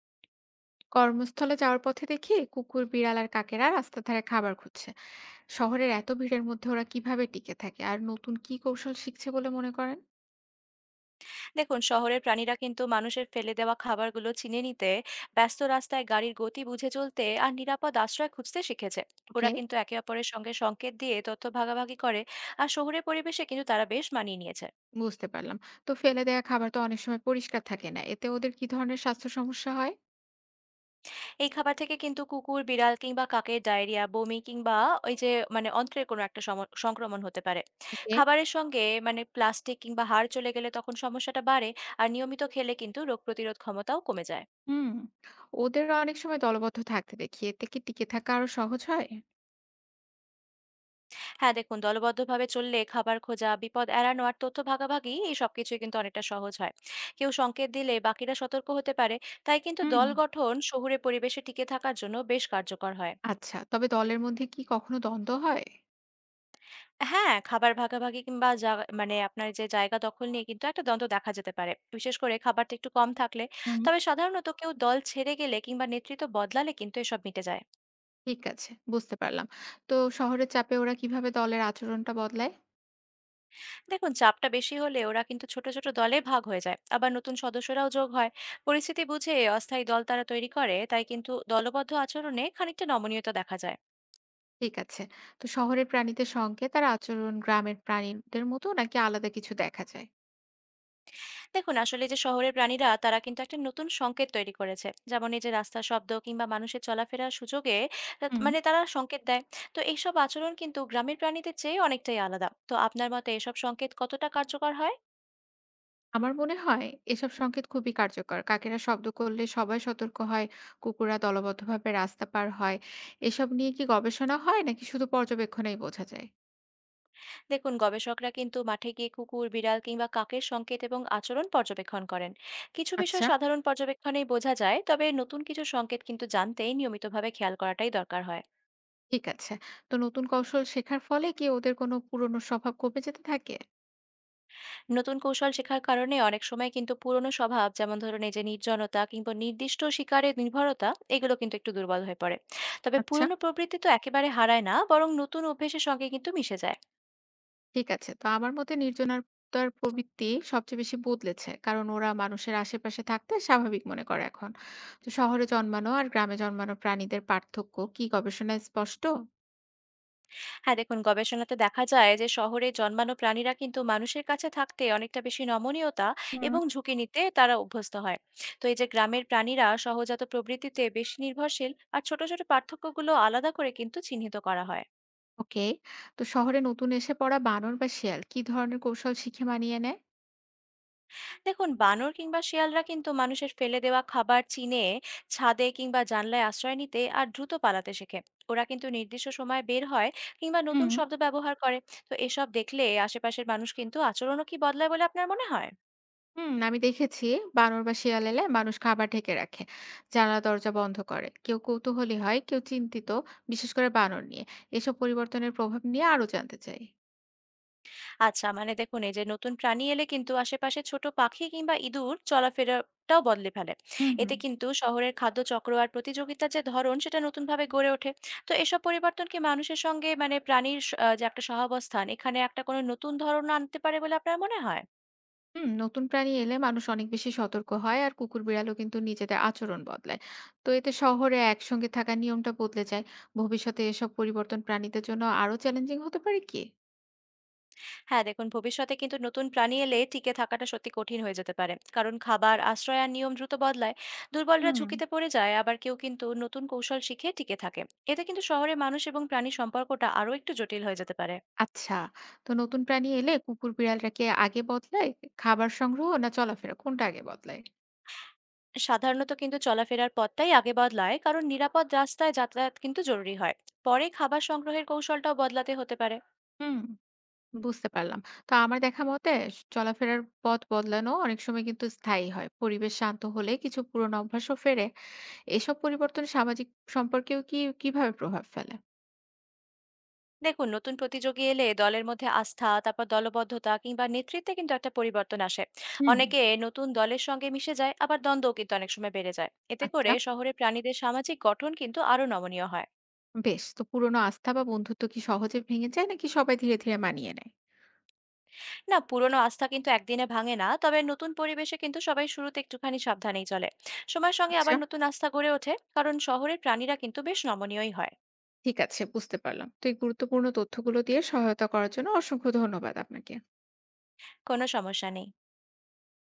কর্মস্থলে যাওয়ার পথে দেখি কুকুর বিড়াল আর কাকেরা রাস্তার ধারে খাবার খুঁজছে। শহরের এত ভিড়ের মধ্যে ওরা কিভাবে টিকে থাকে আর নতুন কি কৌশল শিখছে বলে মনে করেন? দেখুন, শহরের প্রাণীরা কিন্তু মানুষের ফেলে দেওয়া খাবারগুলো চিনে নিতে, ব্যস্ত রাস্তায় গাড়ির গতি বুঝে চলতে আর নিরাপদ আশ্রয় খুঁজতে শিখেছে। ওকে, ওরা কিন্তু একে অপরের সঙ্গে সংকেত দিয়ে তথ্য ভাগাভাগি করে, আর শহুরে পরিবেশে কিন্তু তারা বেশ মানিয়ে নিয়েছে। বুঝতে পারলাম। তো ফেলে দেওয়া খাবার তো অনেক সময় পরিষ্কার থাকে না, এতে ওদের কি ধরনের স্বাস্থ্য সমস্যা হয়? এই খাবার থেকে কিন্তু কুকুর, বিড়াল কিংবা কাকের ডায়রিয়া, বমি কিংবা ওই যে মানে অন্ত্রের কোনো একটা সংক্রমণ হতে পারে। ওকে। খাবারের সঙ্গে প্লাস্টিক কিংবা হাড় চলে গেলে তখন সমস্যাটা বাড়ে। আর নিয়মিত খেলে কিন্তু রোগ প্রতিরোধ ক্ষমতাও কমে যায়। হুম ওদের অনেক সময় দলবদ্ধ থাকতে দেখি, এতে কি টিকে থাকা আরো সহজ হয়? হ্যাঁ দেখুন, দলবদ্ধভাবে চললে খাবার খোঁজা, বিপদ এড়ানো আর তথ্য ভাগাভাগি, এই সবকিছুই কিন্তু অনেকটা সহজ হয়। কেউ সংকেত দিলে বাকিরা সতর্ক হতে পারে। তাই কিন্তু হুম দল গঠন শহুরে পরিবেশে টিকে থাকার জন্য বেশ কার্যকর হয়। আচ্ছা, তবে দলের মধ্যে কি কখনো দ্বন্দ্ব হয়? হ্যাঁ, খাবার ভাগাভাগি কিংবা জাগ- মানে আপনার যে জায়গা দখল নিয়ে কিন্তু একটা দ্বন্দ্ব দেখা যেতে পারে, বিশেষ করে খাবারটা একটু কম থাকলে। হুম তবে সাধারণত কেউ দল ছেড়ে গেলে কিংবা নেতৃত্ব বদলালে কিন্তু এসব মিটে যায়। ঠিক আছে, বুঝতে পারলাম। তো শহরের চাপে ওরা কিভাবে দলের আচরণটা বদলায়? দেখুন, চাপটা বেশি হলে ওরা কিন্তু ছোট ছোট দলে ভাগ হয়ে যায়, আবার নতুন সদস্যরাও যোগ হয়। পরিস্থিতি বুঝে অস্থায়ী দল তারা তৈরি করে, তাই কিন্তু দলবদ্ধ আচরণে খানিকটা নমনীয়তা দেখা যায়। ঠিক আছে। তো শহরের প্রাণীদের সঙ্গে তার আচরণ গ্রামের প্রাণীদের মতো নাকি আলাদা কিছু দেখা যায়? দেখুন, আসলে যে শহরের প্রাণীরা তারা কিন্তু একটা নতুন সংকেত তৈরি করেছে, যেমন এই যে রাস্তার শব্দ কিংবা মানুষের চলাফেরার সুযোগে তা- হুম, মানে তারা সংকেত দেয়। তো এইসব আচরণ কিন্তু গ্রামের প্রাণীদের চেয়ে অনেকটাই আলাদা। তো আপনার মতে এসব সংকেত কতটা কার্যকর হয়? আমার মনে হয় এসব সংকেত খুবই কার্যকর। কাকেরা শব্দ করলে সবাই সতর্ক হয়, কুকুররা দলবদ্ধভাবে রাস্তা পার হয়। এসব নিয়ে কি গবেষণা হয় নাকি শুধু পর্যবেক্ষণেই বোঝা যায়? দেখুন, গবেষকরা কিন্তু মাঠে গিয়ে কুকুর, বিড়াল কিংবা কাকের সংকেত এবং আচরণ পর্যবেক্ষণ করেন। কিছু বিষয় আচ্ছা, সাধারণ পর্যবেক্ষণেই বোঝা যায়, তবে নতুন কিছু সংকেত কিন্তু জানতেই নিয়মিতভাবে খেয়াল করাটাই দরকার হয়। ঠিক আছে। তো নতুন কৌশল শেখার ফলে কি ওদের কোনো পুরনো স্বভাব কমে যেতে থাকে? নতুন কৌশল শেখার কারণে অনেক সময় কিন্তু পুরনো স্বভাব, যেমন ধরুন এই যে নির্জনতা কিংবা নির্দিষ্ট শিকারের নির্ভরতা, এগুলো কিন্তু একটু দুর্বল হয়ে পড়ে। তবে আচ্ছা, পুরনো প্রবৃত্তি তো একেবারে হারায় না, বরং নতুন অভ্যেসের সঙ্গে কিন্তু মিশে যায়। ঠিক আছে। তো আমার মতে নির্জনতার প্রবৃত্তি সবচেয়ে বেশি বদলেছে। কারণ ওরা মানুষের আশেপাশে থাকতে স্বাভাবিক মনে করে এখন। তো শহরে জন্মানো আর গ্রামে জন্মানো প্রাণীদের পার্থক্য কি গবেষণায় স্পষ্ট? হ্যাঁ দেখুন, গবেষণাতে দেখা যায় যে শহরে জন্মানো প্রাণীরা কিন্তু মানুষের কাছে থাকতে অনেকটা বেশি নমনীয়তা হুম এবং ঝুঁকি নিতে তারা অভ্যস্ত হয়। তো এই যে গ্রামের প্রাণীরা সহজাত প্রবৃত্তিতে বেশি নির্ভরশীল, আর ছোট ছোট পার্থক্যগুলো আলাদা করে কিন্তু চিহ্নিত করা হয়। ওকে। তো শহরে নতুন এসে পড়া বানর বা শিয়াল কি ধরনের কৌশল শিখে মানিয়ে নেয়? দেখুন, বানর কিংবা শিয়ালরা কিন্তু মানুষের ফেলে দেওয়া খাবার চিনে, ছাদে কিংবা জানলায় আশ্রয় নিতে আর দ্রুত পালাতে শেখে। ওরা কিন্তু নির্দিষ্ট সময়ে বের হয় কিংবা নতুন হুম শব্দ ব্যবহার করে। তো এসব দেখলে আশেপাশের মানুষ কিন্তু আচরণও কি বদলায় বলে আপনার মনে হয়? হুম, আমি দেখেছি বানর বা শিয়াল এলে মানুষ খাবার ঢেকে রাখে, জানলা দরজা বন্ধ করে। কেউ কৌতূহলী হয়, কেউ চিন্তিত, বিশেষ করে বানর নিয়ে। এসব পরিবর্তনের প্রভাব নিয়ে আরো জানতে চাই। আচ্ছা, দেখুন, এই যে নতুন প্রাণী এলে কিন্তু আশেপাশে ছোট পাখি কিংবা ইঁদুর চলাফেরাটাও বদলে ফেলে। হুম এতে হুম। কিন্তু শহরের খাদ্য চক্র আর প্রতিযোগিতার যে ধরন সেটা নতুনভাবে গড়ে ওঠে। তো এসব পরিবর্তন কি মানুষের সঙ্গে প্রাণীর যে একটা সহাবস্থান, এখানে একটা কোনো নতুন ধরন আনতে পারে বলে আপনার মনে হয়? হুম, নতুন প্রাণী এলে মানুষ অনেক বেশি সতর্ক হয় আর কুকুর বিড়ালও কিন্তু নিজেদের আচরণ বদলায়। তো এতে শহরে একসঙ্গে থাকার নিয়মটা বদলে যায়। ভবিষ্যতে এসব পরিবর্তন প্রাণীদের জন্য আরো চ্যালেঞ্জিং হতে পারে কি? হ্যাঁ দেখুন, ভবিষ্যতে কিন্তু নতুন প্রাণী এলে টিকে থাকাটা সত্যি কঠিন হয়ে যেতে পারে, কারণ খাবার, আশ্রয় আর নিয়ম দ্রুত বদলায়। দুর্বলরা হুম ঝুঁকিতে পড়ে যায়, আবার কেউ কিন্তু নতুন কৌশল শিখে টিকে থাকে। এতে কিন্তু শহরে মানুষ এবং প্রাণী সম্পর্কটা আরো একটু জটিল হয়ে যেতে পারে। আচ্ছা। তো নতুন প্রাণী এলে কুকুর বিড়ালরা কি আগে বদলায়? খাবার সংগ্রহ না চলাফেরা, কোনটা আগে বদলায়? সাধারণত কিন্তু চলাফেরার পথটাই আগে বদলায়, কারণ নিরাপদ রাস্তায় যাতায়াত কিন্তু জরুরি হয়। পরে খাবার সংগ্রহের কৌশলটাও বদলাতে হতে পারে। হুম বুঝতে পারলাম। তো আমার দেখা মতে চলাফেরার পথ বদলানো অনেক সময় কিন্তু স্থায়ী হয়, পরিবেশ শান্ত হলে কিছু পুরনো অভ্যাসও ফেরে। এসব পরিবর্তন সামাজিক সম্পর্কেও কি কিভাবে প্রভাব ফেলে? দেখুন, নতুন প্রতিযোগী এলে দলের মধ্যে আস্থা, তারপর দলবদ্ধতা কিংবা নেতৃত্বে কিন্তু একটা পরিবর্তন আসে। হুম। অনেকে নতুন দলের সঙ্গে মিশে যায়, আবার দ্বন্দ্বও কিন্তু অনেক সময় বেড়ে যায়। এতে আচ্ছা, করে শহরে প্রাণীদের সামাজিক গঠন কিন্তু আরো নমনীয় হয়। বেশ। তো পুরনো আস্থা বা বন্ধুত্ব কি সহজে ভেঙে যায় নাকি সবাই ধীরে, ধীরে মানিয়ে নেয়? না, পুরনো আস্থা কিন্তু একদিনে ভাঙে না, তবে নতুন পরিবেশে কিন্তু সবাই শুরুতে একটুখানি সাবধানেই চলে। সময়ের সঙ্গে আচ্ছা। আবার নতুন আস্থা গড়ে ওঠে, কারণ শহরের প্রাণীরা কিন্তু বেশ নমনীয়ই হয়। ঠিক আছে, বুঝতে পারলাম। তো এই গুরুত্বপূর্ণ তথ্যগুলো দিয়ে সহায়তা করার জন্য অসংখ্য ধন্যবাদ আপনাকে। কোনো সমস্যা নেই।